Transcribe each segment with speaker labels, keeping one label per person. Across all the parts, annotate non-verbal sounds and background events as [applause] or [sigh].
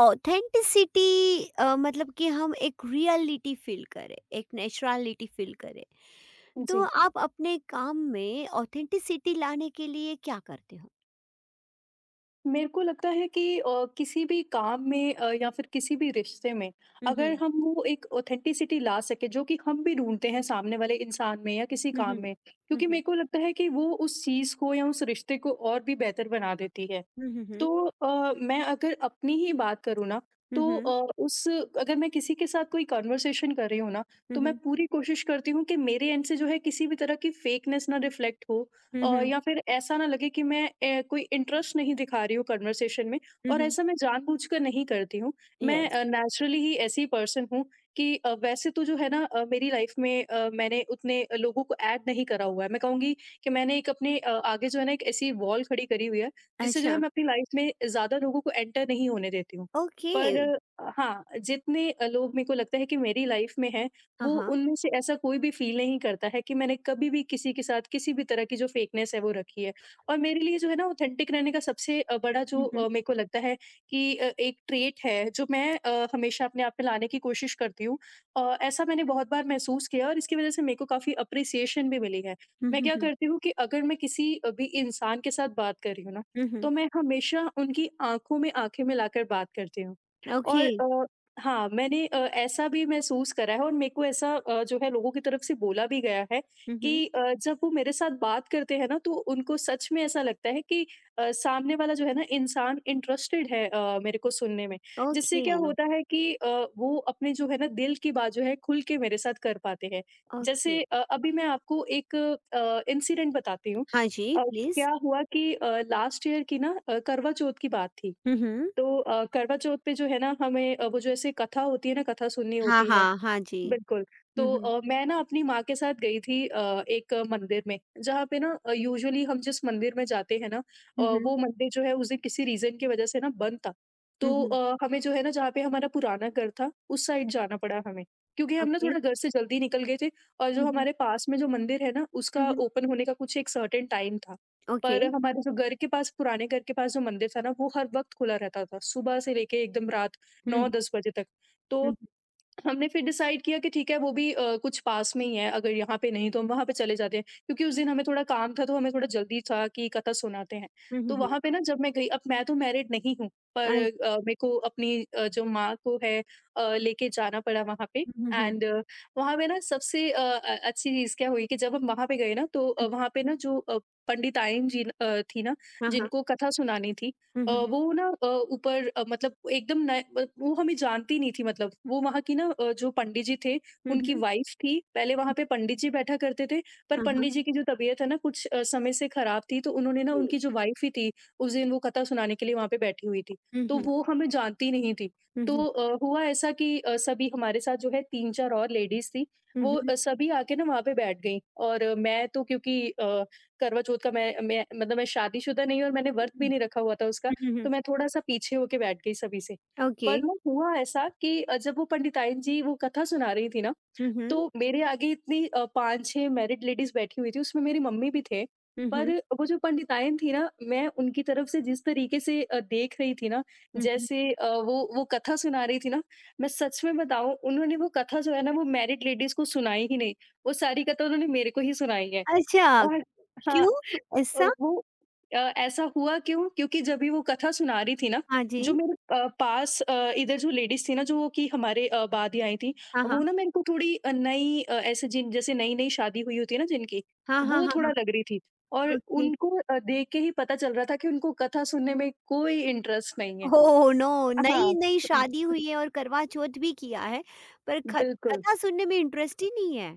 Speaker 1: Authenticity मतलब कि हम एक रियलिटी फील करें, एक नेचुरलिटी फील करें। तो
Speaker 2: जी।
Speaker 1: आप अपने काम में ऑथेंटिसिटी लाने के लिए क्या करते हो?
Speaker 2: मेरे को लगता है कि किसी भी काम में या फिर किसी भी रिश्ते में
Speaker 1: हुँ,
Speaker 2: अगर
Speaker 1: हुँ।
Speaker 2: हम वो एक ऑथेंटिसिटी ला सके जो कि हम भी ढूँढते हैं सामने वाले इंसान में या किसी
Speaker 1: हुँ, हुँ।
Speaker 2: काम में,
Speaker 1: हुँ,
Speaker 2: क्योंकि
Speaker 1: हुँ।
Speaker 2: मेरे को लगता है कि वो उस चीज़ को या उस रिश्ते को और भी बेहतर बना देती है।
Speaker 1: हुँ, हुँ,
Speaker 2: तो
Speaker 1: हुँ।
Speaker 2: मैं अगर अपनी ही बात करूँ ना
Speaker 1: हुँ,
Speaker 2: तो
Speaker 1: हुँ।
Speaker 2: अ, उस अगर मैं किसी के साथ कोई कन्वर्सेशन कर रही हूँ ना
Speaker 1: हुँ,
Speaker 2: तो मैं
Speaker 1: हुँ।
Speaker 2: पूरी कोशिश करती हूँ कि मेरे एंड से जो है किसी भी तरह की फेकनेस ना रिफ्लेक्ट हो,
Speaker 1: हुँ, हुँ।
Speaker 2: या फिर ऐसा ना लगे कि मैं कोई इंटरेस्ट नहीं दिखा रही हूँ कन्वर्सेशन में।
Speaker 1: हुँ,
Speaker 2: और
Speaker 1: हुँ।
Speaker 2: ऐसा मैं जानबूझकर नहीं करती हूँ।
Speaker 1: येस।
Speaker 2: मैं नेचुरली ही ऐसी पर्सन हूँ कि वैसे तो जो है ना, मेरी लाइफ में मैंने उतने लोगों को ऐड नहीं करा हुआ है, मैं कहूँगी कि मैंने एक अपने आगे जो है ना एक ऐसी वॉल खड़ी करी हुई है जिससे जो
Speaker 1: अच्छा,
Speaker 2: है मैं अपनी लाइफ में ज़्यादा लोगों को एंटर नहीं होने देती हूँ।
Speaker 1: ओके।
Speaker 2: पर हाँ, जितने लोग मेरे को लगता है कि मेरी लाइफ में हैं,
Speaker 1: हाँ,
Speaker 2: वो
Speaker 1: हाँ।
Speaker 2: उनमें से ऐसा कोई भी फ़ील नहीं करता है कि मैंने कभी भी किसी के साथ किसी भी तरह की जो फेकनेस है वो रखी है। और मेरे लिए जो है ना ऑथेंटिक रहने का सबसे बड़ा जो
Speaker 1: हुँ, हुँ।
Speaker 2: मेरे को लगता है कि एक ट्रेट है जो मैं हमेशा अपने आप में लाने की कोशिश करती हूँ। ऐसा मैंने बहुत बार महसूस किया और इसकी वज़ह से मेरे को काफ़ी एप्रिसिएशन भी मिली है।
Speaker 1: हुँ,
Speaker 2: मैं
Speaker 1: हुँ,
Speaker 2: क्या
Speaker 1: हुँ।
Speaker 2: करती हूँ कि अगर मैं किसी भी इंसान के साथ बात कर रही हूँ ना
Speaker 1: हुँ,
Speaker 2: तो
Speaker 1: हुँ।
Speaker 2: मैं हमेशा उनकी आँखों में आँखें मिलाकर बात करती हूँ।
Speaker 1: ओके।
Speaker 2: और हाँ, मैंने ऐसा भी महसूस करा है और मेरे को ऐसा, जो है, लोगों की तरफ से बोला भी गया है
Speaker 1: हुँ, हुँ।
Speaker 2: कि जब वो मेरे साथ बात करते हैं ना तो उनको सच में ऐसा लगता है कि सामने वाला जो है ना इंसान इंटरेस्टेड है मेरे को सुनने में। जिससे
Speaker 1: ओके,
Speaker 2: क्या होता है कि वो अपने जो है ना दिल की बात जो है खुल के मेरे साथ कर पाते हैं।
Speaker 1: ओके।
Speaker 2: जैसे अभी मैं आपको एक इंसिडेंट बताती हूँ।
Speaker 1: हाँ जी, प्लीज़।
Speaker 2: क्या हुआ कि लास्ट ईयर की ना करवा चौथ की बात थी।
Speaker 1: हुँ, हुँ।
Speaker 2: तो करवा चौथ पे जो है ना हमें वो जो ऐसे कथा होती है ना, कथा सुननी
Speaker 1: हाँ,
Speaker 2: होती है
Speaker 1: हाँ। हाँ जी।
Speaker 2: बिल्कुल।
Speaker 1: हुँ,
Speaker 2: तो
Speaker 1: हुँ।
Speaker 2: मैं ना अपनी माँ के साथ गई थी एक मंदिर में, जहाँ पे ना यूजुअली हम जिस मंदिर में जाते हैं ना,
Speaker 1: हुँ,
Speaker 2: वो
Speaker 1: हुँ।
Speaker 2: मंदिर जो है उस दिन किसी रीज़न की वज़ह से ना बंद था।
Speaker 1: हुँ,
Speaker 2: तो
Speaker 1: हुँ।
Speaker 2: हमें जो है ना जहाँ पे हमारा पुराना घर था, उस साइड जाना पड़ा हमें, क्योंकि हम ना
Speaker 1: ओके।
Speaker 2: थोड़ा घर से जल्दी निकल गए थे। और जो
Speaker 1: हुँ, हुँ।
Speaker 2: हमारे पास में जो मंदिर है ना,
Speaker 1: हुँ,
Speaker 2: उसका
Speaker 1: हुँ।
Speaker 2: ओपन होने का कुछ एक सर्टेन टाइम था।
Speaker 1: ओके।
Speaker 2: पर हमारे जो घर के पास, पुराने घर के पास जो मंदिर था ना, वो हर वक़्त खुला रहता था, सुबह से लेके एकदम रात
Speaker 1: हुँ, हुँ,
Speaker 2: 9-10 बजे तक। तो
Speaker 1: हुँ,
Speaker 2: हमने फिर डिसाइड किया कि ठीक है, वो भी कुछ पास में ही है, अगर यहाँ पे नहीं तो हम वहाँ पे चले जाते हैं, क्योंकि उस दिन हमें थोड़ा काम था, तो हमें थोड़ा जल्दी था कि कथा सुनाते हैं।
Speaker 1: हुँ, हुँ,
Speaker 2: तो
Speaker 1: हुँ।
Speaker 2: वहाँ पे ना जब मैं गई, अब मैं तो मैरिड नहीं हूँ, पर
Speaker 1: आज
Speaker 2: मेरे को अपनी जो माँ को है लेके जाना पड़ा वहाँ पे
Speaker 1: हुँ, हुँ,
Speaker 2: एंड। वहाँ पे ना सबसे अच्छी चीज़ क्या हुई कि जब हम वहाँ पे गए ना तो
Speaker 1: हुँ।
Speaker 2: वहाँ पे ना जो पंडिताइन जी थी ना,
Speaker 1: हाँ, हाँ।
Speaker 2: जिनको कथा सुनानी थी,
Speaker 1: हुँ, हुँ,
Speaker 2: वो ना मतलब एकदम नए ब वो हमें जानती नहीं थी, मतलब। वो वहाँ की ना जो पंडित जी थे,
Speaker 1: हुँ,
Speaker 2: उनकी
Speaker 1: हुँ,
Speaker 2: वाइफ़ थी। पहले वहाँ
Speaker 1: हुँ।
Speaker 2: पे पंडित जी बैठा करते थे, पर
Speaker 1: हाँ, हाँ।
Speaker 2: पंडित जी की जो तबीयत है ना कुछ समय से खराब थी, तो उन्होंने ना
Speaker 1: ओके।
Speaker 2: उनकी जो वाइफ़ ही थी, उस दिन वो कथा सुनाने के लिए वहाँ पे बैठी हुई थी।
Speaker 1: हुँ,
Speaker 2: तो
Speaker 1: हुँ,
Speaker 2: वो हमें जानती नहीं थी।
Speaker 1: हुँ,
Speaker 2: तो
Speaker 1: हुँ,
Speaker 2: हुआ ऐसा कि सभी हमारे साथ जो है 3-4 और लेडीज़ थी,
Speaker 1: हुँ,
Speaker 2: वो
Speaker 1: हुँ, हुँ,
Speaker 2: सभी आके ना वहाँ पे बैठ गईं। और मैं तो क्योंकि करवा चौथ का मैं मतलब मैं शादीशुदा नहीं हूँ और मैंने
Speaker 1: हुँ,
Speaker 2: व्रत भी
Speaker 1: हुँ,
Speaker 2: नहीं रखा हुआ था उसका।
Speaker 1: हुँ, हुँ।
Speaker 2: तो मैं थोड़ा-सा पीछे होके बैठ गई सभी से।
Speaker 1: ओके।
Speaker 2: पर ना हुआ ऐसा कि जब वो पंडितायन जी वो कथा सुना रही थी ना,
Speaker 1: हुँ, हुँ,
Speaker 2: तो मेरे आगे इतनी 5-6 मैरिड लेडीज़ बैठी हुई थी, उसमें मेरी मम्मी भी थे।
Speaker 1: हुँ,
Speaker 2: पर
Speaker 1: हुँ,
Speaker 2: वो जो पंडितायन थी ना, मैं उनकी तरफ से जिस तरीके से देख रही थी ना,
Speaker 1: हुँ, हुँ।
Speaker 2: जैसे वो कथा सुना रही थी ना, मैं सच में बताऊँ, उन्होंने वो कथा जो है ना, वो मैरिड लेडीज़ को सुनाई ही नहीं। वो सारी कथा उन्होंने मेरे को ही सुनाई है।
Speaker 1: अच्छा,
Speaker 2: और हाँ,
Speaker 1: क्यों
Speaker 2: अ,
Speaker 1: ऐसा?
Speaker 2: वो ऐसा हुआ क्यों? क्योंकि जब भी वो कथा सुना रही थी ना,
Speaker 1: हाँ जी।
Speaker 2: जो मेरे पास इधर जो लेडीज़ थी ना, जो कि हमारे बाद ही आई थी,
Speaker 1: हाँ, हाँ।
Speaker 2: वो ना मेरे को थोड़ी ऐसे जिन जैसे नई-नई शादी हुई होती है ना जिनकी,
Speaker 1: हाँ, हाँ,
Speaker 2: वो
Speaker 1: हाँ,
Speaker 2: थोड़ा
Speaker 1: हाँ।
Speaker 2: लग रही थी और
Speaker 1: ओके।
Speaker 2: उनको देख के ही पता चल रहा था कि उनको कथा सुनने में कोई इंटरेस्ट नहीं है।
Speaker 1: Oh no!
Speaker 2: हाँ,
Speaker 1: नई-नई शादी हुई है और करवा चौथ भी किया है, पर ख
Speaker 2: बिल्कुल।
Speaker 1: कथा सुनने में इंटरेस्ट ही नहीं है।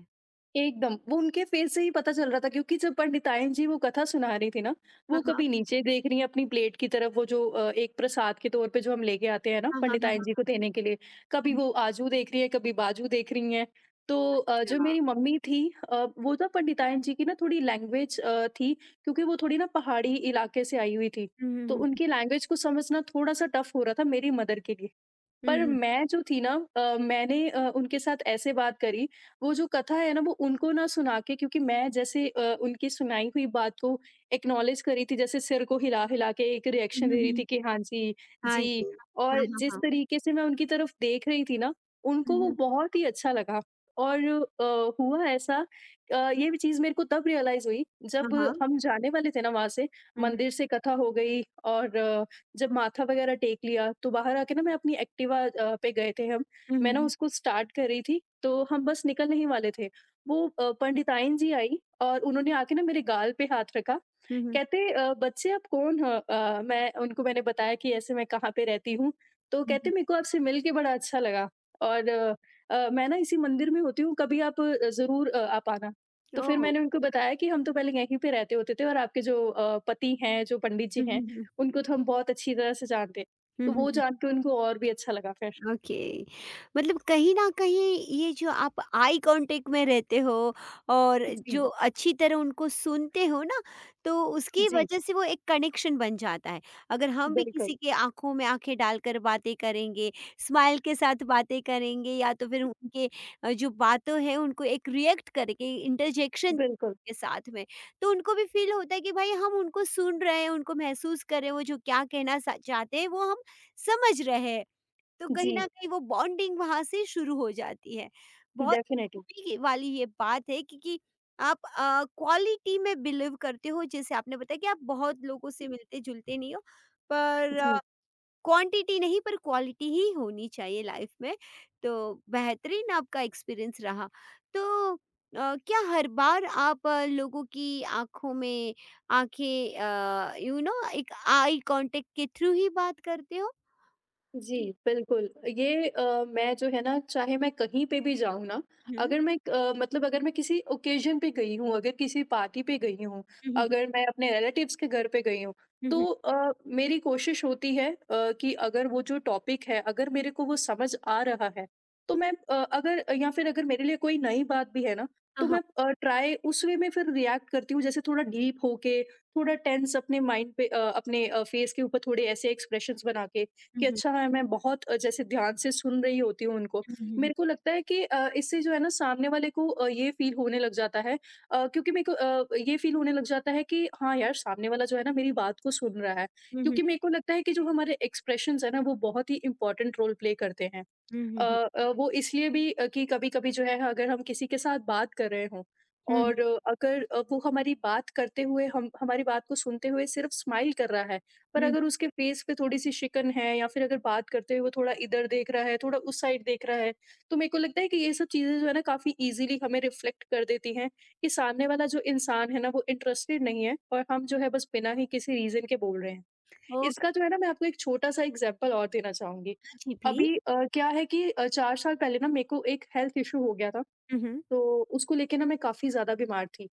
Speaker 2: एकदम, वो उनके फेस से ही पता चल रहा था, क्योंकि जब पंडितायन जी वो कथा सुना रही थी ना, वो
Speaker 1: हाँ, हाँ,
Speaker 2: कभी नीचे देख रही हैं अपनी प्लेट की तरफ, वो जो एक प्रसाद के तौर पे जो हम लेके आते हैं ना
Speaker 1: हाँ। हाँ, हाँ,
Speaker 2: पंडितायन जी को देने के लिए, कभी
Speaker 1: हाँ।
Speaker 2: वो आजू देख रही है, कभी बाजू देख रही हैं। तो जो
Speaker 1: अच्छा।
Speaker 2: मेरी मम्मी थी, वो ना पंडितायन जी की ना थोड़ी लैंग्वेज थी, क्योंकि वो थोड़ी ना पहाड़ी इलाके से आई हुई थी,
Speaker 1: हुँ,
Speaker 2: तो
Speaker 1: हुँ, हुँ,
Speaker 2: उनकी लैंग्वेज को समझना थोड़ा-सा टफ हो रहा था मेरी मदर के लिए।
Speaker 1: हुँ,
Speaker 2: पर
Speaker 1: हुँ,
Speaker 2: मैं जो थी ना, उनके साथ ऐसे बात करी, वो जो कथा है ना, वो उनको ना सुना के, क्योंकि मैं जैसे उनकी सुनाई हुई बात को एक्नॉलेज करी थी, जैसे सिर को हिला-हिला के एक
Speaker 1: हुँ,
Speaker 2: रिएक्शन
Speaker 1: हुँ,
Speaker 2: दे
Speaker 1: हुँ,
Speaker 2: रही थी
Speaker 1: हुँ।
Speaker 2: कि हाँ जी,
Speaker 1: हाँ
Speaker 2: जी।
Speaker 1: जी। हाँ,
Speaker 2: और
Speaker 1: हाँ,
Speaker 2: जिस
Speaker 1: हाँ।
Speaker 2: तरीके से मैं उनकी तरफ देख रही थी ना,
Speaker 1: हुँ,
Speaker 2: उनको वो
Speaker 1: हुँ।
Speaker 2: बहुत ही अच्छा लगा। और अ, हुआ ऐसा ये भी चीज़ मेरे को तब रियलाइज़ हुई
Speaker 1: हाँ,
Speaker 2: जब
Speaker 1: हाँ।
Speaker 2: हम जाने वाले थे ना वहाँ से,
Speaker 1: हुँ, हुँ।
Speaker 2: मंदिर से कथा हो गई, और जब माथा वगैरह टेक लिया, तो बाहर आके ना मैं अपनी एक्टिवा पे गए थे हम।
Speaker 1: हुँ,
Speaker 2: मैं
Speaker 1: हुँ,
Speaker 2: ना
Speaker 1: हुँ।
Speaker 2: उसको स्टार्ट कर रही थी, तो हम बस निकलने ही वाले थे। वो पंडिताइन जी आई और उन्होंने आके ना मेरे गाल पे हाथ रखा,
Speaker 1: हुँ, हुँ।
Speaker 2: कहते "बच्चे, आप कौन हो?" अ, मैं उनको मैंने बताया कि ऐसे मैं कहाँ पे रहती हूँ, तो
Speaker 1: हुँ,
Speaker 2: कहते
Speaker 1: हुँ।
Speaker 2: मेरे को आपसे मिल के बड़ा अच्छा लगा। और मैं ना इसी मंदिर में होती हूँ, कभी आप ज़रूर आप आना। तो फिर
Speaker 1: ओह!
Speaker 2: मैंने उनको बताया कि हम तो पहले यहीं पे रहते होते थे, और आपके जो पति हैं, जो पंडित जी
Speaker 1: हुँ,
Speaker 2: हैं,
Speaker 1: हुँ, हुँ।
Speaker 2: उनको तो हम बहुत अच्छी तरह से जानते हैं।
Speaker 1: हुँ,
Speaker 2: तो
Speaker 1: हुँ,
Speaker 2: वो
Speaker 1: हुँ।
Speaker 2: जान के उनको और भी अच्छा लगा फिर।
Speaker 1: ओके, मतलब कहीं न कहीं ये जो आप आई कॉन्टैक्ट में रहते हो और
Speaker 2: जी,
Speaker 1: जो अच्छी तरह उनको सुनते हो ना, तो उसकी
Speaker 2: जी,
Speaker 1: वजह से वो एक कनेक्शन बन जाता है। अगर हम भी
Speaker 2: बिल्कुल,
Speaker 1: किसी के आँखों में आँखें डालकर बातें करेंगे, स्माइल के साथ बातें करेंगे या तो फिर उनके जो बातों हैं उनको एक रिएक्ट करके इंटरजेक्शन
Speaker 2: बिल्कुल।
Speaker 1: के साथ में, तो उनको भी फ़ील होता है कि भाई हम उनको सुन रहे हैं, उनको महसूस कर रहे हैं, वो जो क्या कहना सा चाहते हैं वो हम समझ रहे हैं। तो कहीं
Speaker 2: जी,
Speaker 1: न कहीं वो बॉन्डिंग वहाँ से शुरू हो जाती है। बहुत
Speaker 2: डेफ़िनेटली।
Speaker 1: खूबी की वाली ये बात है क्योंकि आप क्वालिटी में बिलीव करते हो, जैसे आपने बताया कि आप बहुत लोगों से मिलते-जुलते नहीं हो, पर
Speaker 2: जी।
Speaker 1: क्वांटिटी नहीं पर क्वालिटी ही होनी चाहिए लाइफ में। तो बेहतरीन आपका एक्सपीरियंस रहा। तो क्या हर बार आप लोगों की आँखों में आँखें यू नो एक आई कॉन्टैक्ट के थ्रू ही बात करते हो?
Speaker 2: जी,
Speaker 1: जी।
Speaker 2: बिल्कुल। ये मैं जो है ना, चाहे मैं कहीं पे भी जाऊँ ना,
Speaker 1: हुँ।
Speaker 2: अगर मैं मतलब अगर मैं किसी ओकेज़न पे गई हूँ, अगर किसी पार्टी पे गई हूँ,
Speaker 1: हुँ, हुँ,
Speaker 2: अगर मैं अपने रिलेटिव्स के घर पे गई हूँ,
Speaker 1: हुँ।
Speaker 2: तो मेरी कोशिश होती है कि अगर वो जो टॉपिक है, अगर मेरे को वो समझ आ रहा है, तो मैं अ, अगर या फिर अगर मेरे लिए कोई नई बात भी है ना, तो
Speaker 1: हाँ, हाँ।
Speaker 2: मैं ट्राई उस वे में फिर रिएक्ट करती हूँ। जैसे थोड़ा डीप होके, थोड़ा टेंस अपने माइंड पे, अपने फेस के ऊपर थोड़े ऐसे एक्सप्रेशंस बना के
Speaker 1: हुँ,
Speaker 2: कि
Speaker 1: हुँ।
Speaker 2: अच्छा है, मैं बहुत जैसे ध्यान से सुन रही होती हूँ उनको।
Speaker 1: हुँ, हुँ, हुँ।
Speaker 2: मेरे को लगता है कि इससे जो है ना सामने वाले को ये फ़ील होने लग जाता है, क्योंकि मेरे को ये फ़ील होने लग जाता है कि हाँ यार, सामने वाला जो है ना मेरी बात को सुन रहा है।
Speaker 1: हुँ, हुँ।
Speaker 2: क्योंकि मेरे को लगता है कि जो हमारे एक्सप्रेशंस हैं ना वो बहुत ही इम्पोर्टेंट रोल प्ले करते हैं।
Speaker 1: हुँ,
Speaker 2: अ
Speaker 1: हुँ, हुँ।
Speaker 2: वो इसलिए भी, कि कभी-कभी जो है अगर हम किसी के साथ बात कर रहे हों
Speaker 1: हुँ,
Speaker 2: और अ, अगर अ, वो हमारी बात को सुनते हुए सिर्फ स्माइल कर रहा है, पर
Speaker 1: हुँ।
Speaker 2: अगर उसके फेस पे थोड़ी-सी शिकन है या फिर अगर बात करते हुए वो थोड़ा इधर देख रहा है, थोड़ा उस साइड देख रहा है, तो मेरे को लगता है कि ये सब चीज़ें जो है ना काफ़ी ईज़िली हमें रिफ्लेक्ट कर देती हैं कि सामने वाला जो इंसान है ना वो इंटरेस्टेड नहीं है और हम जो है बस बिना ही किसी रीज़न के बोल रहे हैं।
Speaker 1: ओह!
Speaker 2: इसका जो है ना मैं आपको एक छोटा-सा एग्ज़ाम्पल और देना चाहूँगी।
Speaker 1: हाँ जी, प्लीज़।
Speaker 2: अभी क्या है कि 4 साल पहले ना मेरे को एक हेल्थ इश्यू हो गया था,
Speaker 1: हुँ, हुँ।
Speaker 2: तो उसको लेके ना मैं काफ़ी ज़्यादा बीमार थी।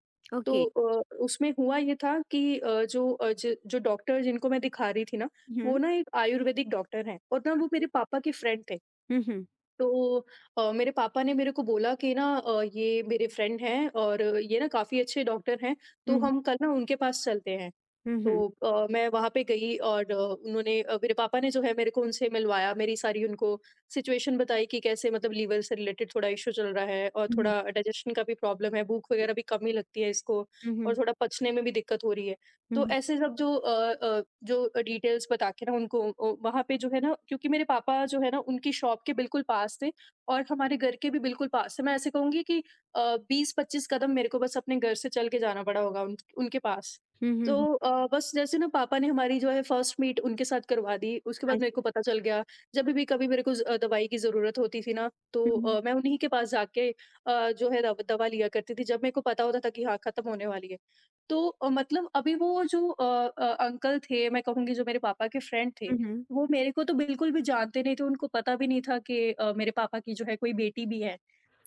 Speaker 2: तो
Speaker 1: ओके।
Speaker 2: उसमें हुआ ये था कि अ, जो अ, ज जो डॉक्टर जिनको मैं दिखा रही थी ना, वो
Speaker 1: हुँ,
Speaker 2: ना एक आयुर्वेदिक डॉक्टर हैं और ना वो
Speaker 1: ओके।
Speaker 2: मेरे पापा के फ्रेंड थे।
Speaker 1: हुँ, हुँ।
Speaker 2: तो मेरे पापा ने मेरे को बोला कि ना ये मेरे फ्रेंड हैं और ये ना काफ़ी अच्छे डॉक्टर हैं,
Speaker 1: हुँ,
Speaker 2: तो
Speaker 1: हुँ।
Speaker 2: हम कल ना उनके पास चलते हैं।
Speaker 1: हुँ, हुँ।
Speaker 2: तो मैं वहाँ पे गई और मेरे पापा ने जो है मेरे को उनसे मिलवाया, मेरी सारी उनको सिचुएशन बताई कि कैसे मतलब लीवर से रिलेटेड थोड़ा इश्यू चल रहा है और
Speaker 1: हुँ, हुँ।
Speaker 2: थोड़ा डाइजेशन का भी प्रॉब्लम है, भूख वगैरह भी कम ही लगती है इसको
Speaker 1: हुँ,
Speaker 2: और
Speaker 1: हुँ।
Speaker 2: थोड़ा पचने में भी दिक्कत हो रही है। तो
Speaker 1: हुँ,
Speaker 2: ऐसे सब जो जो डिटेल्स बता के ना उनको वहाँ पे जो है ना क्योंकि मेरे पापा जो है ना उनकी शॉप के बिल्कुल पास थे और हमारे घर के भी बिल्कुल पास थे। मैं ऐसे कहूँगी कि 20-25 कदम मेरे को बस अपने घर से चल के जाना पड़ा होगा उन उनके पास।
Speaker 1: हुँ, हुँ।
Speaker 2: तो
Speaker 1: हुँ।
Speaker 2: बस जैसे ना पापा ने हमारी जो है फर्स्ट मीट उनके साथ करवा दी, उसके
Speaker 1: हाँ
Speaker 2: बाद मेरे
Speaker 1: जी।
Speaker 2: को पता चल गया, जब भी कभी मेरे को दवाई की ज़रूरत होती थी ना,
Speaker 1: हुँ,
Speaker 2: तो
Speaker 1: हुँ।
Speaker 2: मैं उन्हीं के पास जाके जो है दव दवा लिया करती थी, जब मेरे को पता होता था कि हाँ, ख़त्म होने वाली है। तो मतलब अभी वो जो अंकल थे, मैं कहूँगी जो मेरे पापा के फ्रेंड थे,
Speaker 1: हुँ, हुँ।
Speaker 2: वो मेरे को तो बिल्कुल भी जानते नहीं थे, उनको पता भी नहीं था कि मेरे पापा की जो है कोई बेटी भी है।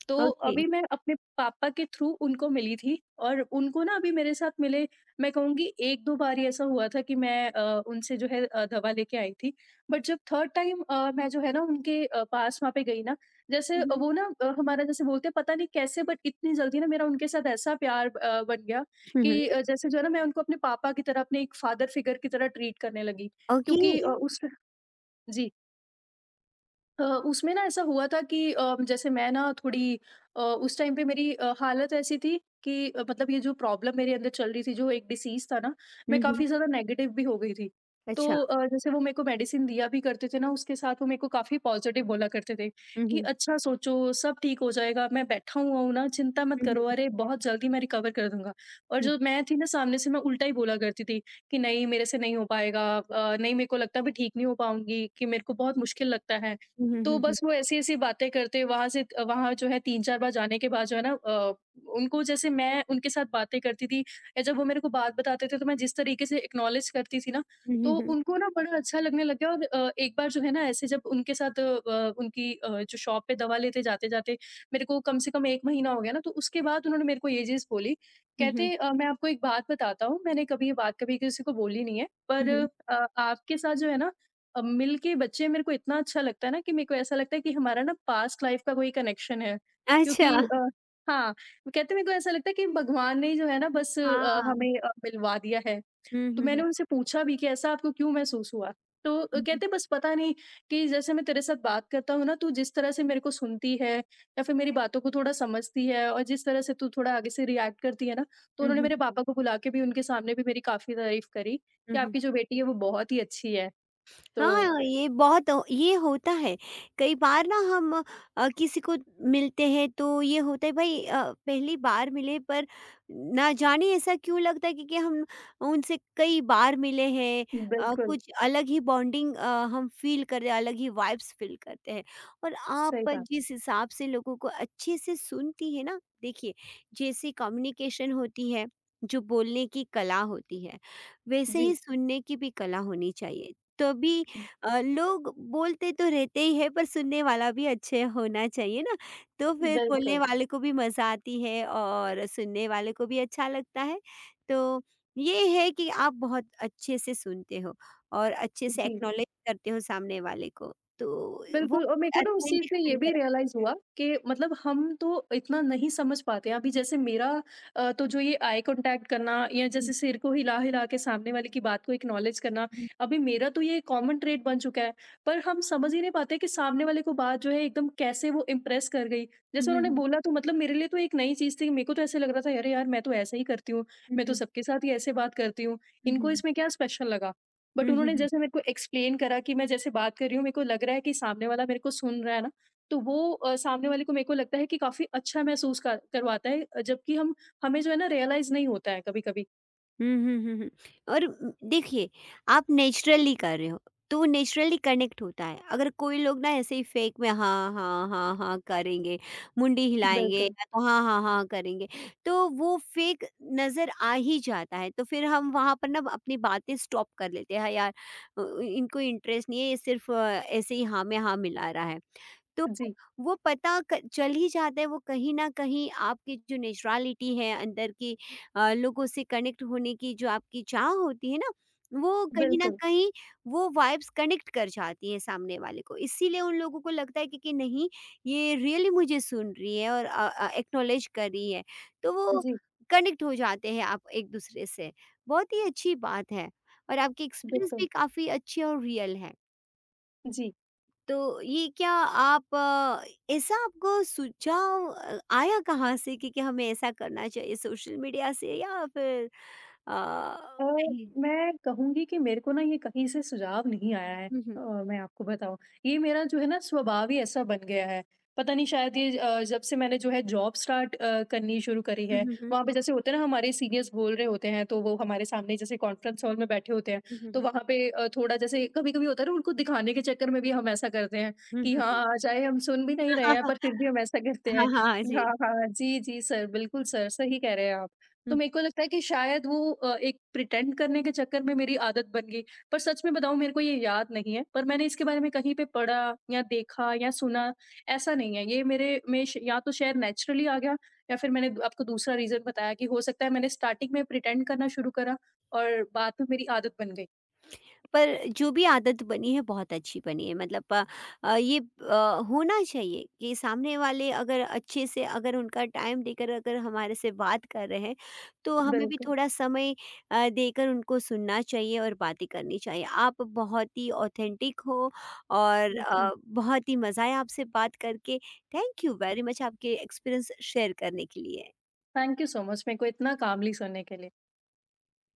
Speaker 2: तो
Speaker 1: ओके।
Speaker 2: अभी मैं अपने पापा के थ्रू उनको मिली थी और उनको ना अभी मेरे साथ मिले मैं कहूँगी 1-2 बार ही ऐसा हुआ था कि मैं उनसे जो है दवा लेके आई थी। बट जब थर्ड टाइम मैं जो है ना उनके पास वहाँ पे गई ना, जैसे
Speaker 1: हुँ, हुँ।
Speaker 2: वो ना हमारा जैसे बोलते हैं पता नहीं कैसे बट इतनी जल्दी ना मेरा उनके साथ ऐसा प्यार बन गया
Speaker 1: हुँ, हुँ।
Speaker 2: कि जैसे जो है ना मैं उनको अपने पापा की तरह, अपने एक फादर फिगर की तरह ट्रीट करने लगी।
Speaker 1: ओके।
Speaker 2: क्योंकि उस जी। उसमें ना ऐसा हुआ था कि जैसे मैं ना थोड़ी उस टाइम पे मेरी हालत ऐसी थी कि मतलब ये जो प्रॉब्लम मेरे अंदर चल रही थी जो एक डिसीज था ना मैं
Speaker 1: हुँ, हुँ।
Speaker 2: काफी ज्यादा नेगेटिव भी हो गई थी। तो
Speaker 1: अच्छा।
Speaker 2: जैसे वो मेरे को मेडिसिन दिया भी करते थे ना उसके साथ वो मेरे को काफी पॉजिटिव बोला करते थे
Speaker 1: हुँ,
Speaker 2: कि
Speaker 1: हुँ।
Speaker 2: अच्छा सोचो सब ठीक हो जाएगा मैं बैठा हुआ हूँ ना चिंता मत
Speaker 1: हुँ,
Speaker 2: करो
Speaker 1: हुँ।
Speaker 2: अरे बहुत जल्दी मैं रिकवर कर दूंगा और
Speaker 1: हुँ,
Speaker 2: जो मैं थी ना सामने से मैं उल्टा ही बोला करती थी कि नहीं मेरे से नहीं हो पाएगा नहीं मेरे को लगता मैं ठीक नहीं हो पाऊंगी कि मेरे को बहुत मुश्किल लगता है।
Speaker 1: हुँ,
Speaker 2: तो
Speaker 1: हुँ, हुँ।
Speaker 2: बस वो ऐसी-ऐसी बातें करते वहाँ से वहाँ जो है 3-4 बार जाने के बाद जो है ना उनको जैसे मैं उनके साथ बातें करती थी या जब वो मेरे को बात बताते थे तो मैं जिस तरीके से एक्नॉलेज करती थी ना,
Speaker 1: हुँ,
Speaker 2: तो
Speaker 1: हुँ, हुँ।
Speaker 2: उनको ना बड़ा अच्छा लगने लग गया। और एक बार जो है ना ऐसे जब उनके साथ उनकी जो शॉप पे दवा लेते जाते-जाते मेरे को कम से कम 1 महीना हो गया ना, तो उसके बाद उन्होंने मेरे को ये चीज़ बोली,
Speaker 1: हुँ, हुँ। हुँ, हुँ।
Speaker 2: कहते "मैं आपको एक बात बताता हूँ, मैंने कभी ये बात कभी किसी को बोली नहीं है पर
Speaker 1: हुँ।
Speaker 2: आपके साथ जो है ना मिल के बच्चे मेरे को इतना अच्छा लगता है ना कि मेरे को ऐसा लगता है कि हमारा ना पास्ट लाइफ का कोई कनेक्शन है
Speaker 1: अच्छा,
Speaker 2: क्योंकि हाँ, कहते हैं मेरे को ऐसा लगता है कि भगवान ने जो है ना बस
Speaker 1: हाँ।
Speaker 2: हमें मिलवा दिया है।
Speaker 1: हुँ,
Speaker 2: तो
Speaker 1: हुँ,
Speaker 2: मैंने
Speaker 1: हुँ।
Speaker 2: उनसे पूछा भी कि ऐसा आपको क्यों महसूस हुआ? तो
Speaker 1: हुँ, हुँ।
Speaker 2: कहते बस पता नहीं कि जैसे मैं तेरे साथ बात करता हूँ ना तू जिस तरह से मेरे को सुनती है या फिर मेरी बातों को थोड़ा समझती है और जिस तरह से तू थोड़ा आगे से रिएक्ट करती है ना, तो
Speaker 1: हुँ,
Speaker 2: उन्होंने
Speaker 1: हुँ।
Speaker 2: मेरे पापा को बुला के भी उनके सामने भी मेरी काफ़ी तारीफ़ करी कि
Speaker 1: हुँ, हुँ। हुँ।
Speaker 2: आपकी जो बेटी है वो बहुत ही अच्छी है। तो
Speaker 1: हाँ, ये बहुत ये होता है। कई बार ना हम किसी को मिलते हैं तो ये होता है, भाई पहली बार मिले, पर ना जाने ऐसा क्यों लगता है क्योंकि हम उनसे कई बार मिले हैं।
Speaker 2: बिल्कुल,
Speaker 1: कुछ अलग ही बॉन्डिंग हम फ़ील कर रहे हैं, अलग ही वाइब्स फ़ील करते हैं। और
Speaker 2: सही
Speaker 1: आप
Speaker 2: बात।
Speaker 1: जिस हिसाब से लोगों को अच्छे से सुनती है ना, देखिए जैसे कम्युनिकेशन होती है, जो बोलने की कला होती है, वैसे
Speaker 2: जी,
Speaker 1: ही सुनने की भी कला होनी चाहिए। तभी लोग बोलते तो रहते ही है, पर सुनने वाला भी अच्छे होना चाहिए ना, तो फिर बोलने
Speaker 2: बिल्कुल,
Speaker 1: वाले को भी मज़ा आती है और सुनने वाले को भी अच्छा लगता है। तो ये है कि आप बहुत अच्छे से सुनते हो और अच्छे से
Speaker 2: जी।
Speaker 1: एक्नॉलेज करते हो सामने वाले को, तो वो
Speaker 2: बिल्कुल और मेरे को ना उस चीज़
Speaker 1: ऑथेंटिक
Speaker 2: में ये
Speaker 1: फ़ील
Speaker 2: भी
Speaker 1: कराते
Speaker 2: रियलाइज़
Speaker 1: हैं।
Speaker 2: हुआ कि मतलब हम तो इतना नहीं समझ पाते हैं। अभी जैसे मेरा तो जो ये आई कॉन्टैक्ट करना या
Speaker 1: हुँ,
Speaker 2: जैसे सिर को हिला-हिला के सामने वाले की बात को एक्नॉलेज करना,
Speaker 1: हुँ।
Speaker 2: अभी मेरा तो ये कॉमन ट्रेट बन चुका है। पर हम समझ ही नहीं पाते कि सामने वाले को बात जो है एकदम कैसे वो इम्प्रेस कर गई।
Speaker 1: हुँ,
Speaker 2: जैसे
Speaker 1: हुँ,
Speaker 2: उन्होंने
Speaker 1: हुँ।
Speaker 2: बोला तो मतलब मेरे लिए तो एक नई चीज़ थी। मेरे को तो ऐसे लग रहा था अरे यार! मैं तो ऐसे ही करती हूँ,
Speaker 1: हुँ,
Speaker 2: मैं तो
Speaker 1: हुँ।
Speaker 2: सबके साथ ही ऐसे बात करती हूँ।
Speaker 1: हुँ, हुँ,
Speaker 2: इनको
Speaker 1: हुँ।
Speaker 2: इसमें क्या स्पेशल लगा? बट
Speaker 1: हुँ, हुँ,
Speaker 2: उन्होंने
Speaker 1: हुँ।
Speaker 2: जैसे मेरे को एक्सप्लेन करा कि मैं जैसे बात कर रही हूँ, मेरे को लग रहा है कि सामने वाला मेरे को सुन रहा है ना, तो वो सामने वाले को मेरे को लगता है कि काफ़ी अच्छा महसूस कर करवाता है अ, जबकि हम हमें जो है ना रियलाइज़ नहीं होता है कभी-कभी।
Speaker 1: हुँ, हुँ, हुँ, हुँ। और देखिए आप नेचुरली कर रहे हो, तो वो नेचुरली कनेक्ट होता है। अगर कोई लोग ना ऐसे ही फेक में हाँ, हाँ, हाँ, हाँ करेंगे, मुंडी हिलाएँगे
Speaker 2: बिल्कुल।
Speaker 1: या तो हाँ, हाँ, हाँ करेंगे, तो वो फेक नज़र आ ही जाता है। तो फिर हम वहाँ पर ना अपनी बातें स्टॉप कर लेते हैं, हाँ यार, इनको इंटरेस्ट नहीं है, ये सिर्फ़ ऐसे ही हाँ में हाँ मिला रहा है। तो
Speaker 2: जी,
Speaker 1: वो पता क चल ही जाता है, वो कहीं न कहीं आपकी जो नेचुरैलिटी है अंदर की, लोगों से कनेक्ट होने की जो आपकी चाह होती है ना, वो कहीं न
Speaker 2: बिल्कुल।
Speaker 1: कहीं वो वाइब्स कनेक्ट कर जाती हैं सामने वाले को। इसीलिए उन लोगों को लगता है कि नहीं, ये रियली मुझे सुन रही है और एक्नॉलेज कर रही है। तो वो
Speaker 2: जी,
Speaker 1: कनेक्ट हो जाते हैं आप एक-दूसरे से। बहुत ही अच्छी बात है और आपके एक्सपीरियंस
Speaker 2: बिल्कुल।
Speaker 1: भी काफ़ी अच्छे और रियल हैं।
Speaker 2: जी।
Speaker 1: तो ये क्या आप ऐसा आपको सुझाव आया कहाँ से कि हमें ऐसा करना चाहिए? सोशल मीडिया से या फिर
Speaker 2: अ,
Speaker 1: कहीं?
Speaker 2: मैं कहूँगी कि मेरे को ना ये कहीं से सुझाव नहीं आया है
Speaker 1: हुँ, हुँ।
Speaker 2: मैं आपको बताऊँ। ये मेरा जो है ना स्वभाव ही ऐसा बन गया है। पता नहीं शायद ये जब से मैंने जो है जॉब स्टार्ट करनी शुरू करी
Speaker 1: हुँ,
Speaker 2: है,
Speaker 1: हुँ, हुँ।
Speaker 2: वहाँ पे जैसे होते हैं ना हमारे सीनियर्स बोल रहे होते हैं, तो वो हमारे सामने जैसे कॉन्फ्रेंस हॉल में बैठे होते हैं,
Speaker 1: हुँ, हुँ,
Speaker 2: तो
Speaker 1: हुँ।
Speaker 2: वहाँ पे थोड़ा जैसे कभी-कभी होता है ना उनको दिखाने के चक्कर में भी हम ऐसा करते हैं
Speaker 1: हुँ,
Speaker 2: कि
Speaker 1: हुँ,
Speaker 2: हाँ,
Speaker 1: हुँ।
Speaker 2: हाँ, चाहे हम सुन भी नहीं
Speaker 1: [laughs]
Speaker 2: रहे हैं
Speaker 1: हाँ,
Speaker 2: पर फिर भी हम ऐसा करते
Speaker 1: हाँ,
Speaker 2: हैं
Speaker 1: हाँ
Speaker 2: कि हाँ,
Speaker 1: जी।
Speaker 2: हाँ, हाँ, जी, जी सर, बिल्कुल सर, सही कह रहे हैं आप। तो मेरे को लगता है कि शायद वो एक प्रिटेंड करने के चक्कर में मेरी आदत बन गई। पर सच में बताऊँ मेरे को ये याद नहीं है, पर मैंने इसके बारे में कहीं पे पढ़ा या देखा या सुना, ऐसा नहीं है। ये मेरे में श या तो शायद नेचुरली आ गया या फिर मैंने आपको दूसरा रीज़न बताया कि हो सकता है मैंने स्टार्टिंग में प्रिटेंड करना शुरू करा और बाद में मेरी आदत बन गई।
Speaker 1: पर जो भी आदत बनी है बहुत अच्छी बनी है, मतलब अ, ये अ, होना चाहिए कि सामने वाले अगर अच्छे से, अगर उनका टाइम देकर अगर हमारे से बात कर रहे हैं, तो हमें भी
Speaker 2: बिल्कुल।
Speaker 1: थोड़ा समय देकर उनको सुनना चाहिए और बातें करनी चाहिए। आप बहुत ही ऑथेंटिक हो और
Speaker 2: जी।
Speaker 1: बहुत ही मज़ा आया आपसे बात करके। थैंक यू वेरी मच आपके एक्सपीरियंस शेयर करने के लिए
Speaker 2: थैंक यू सो मच मेरे को इतना कामली सुनने के लिए।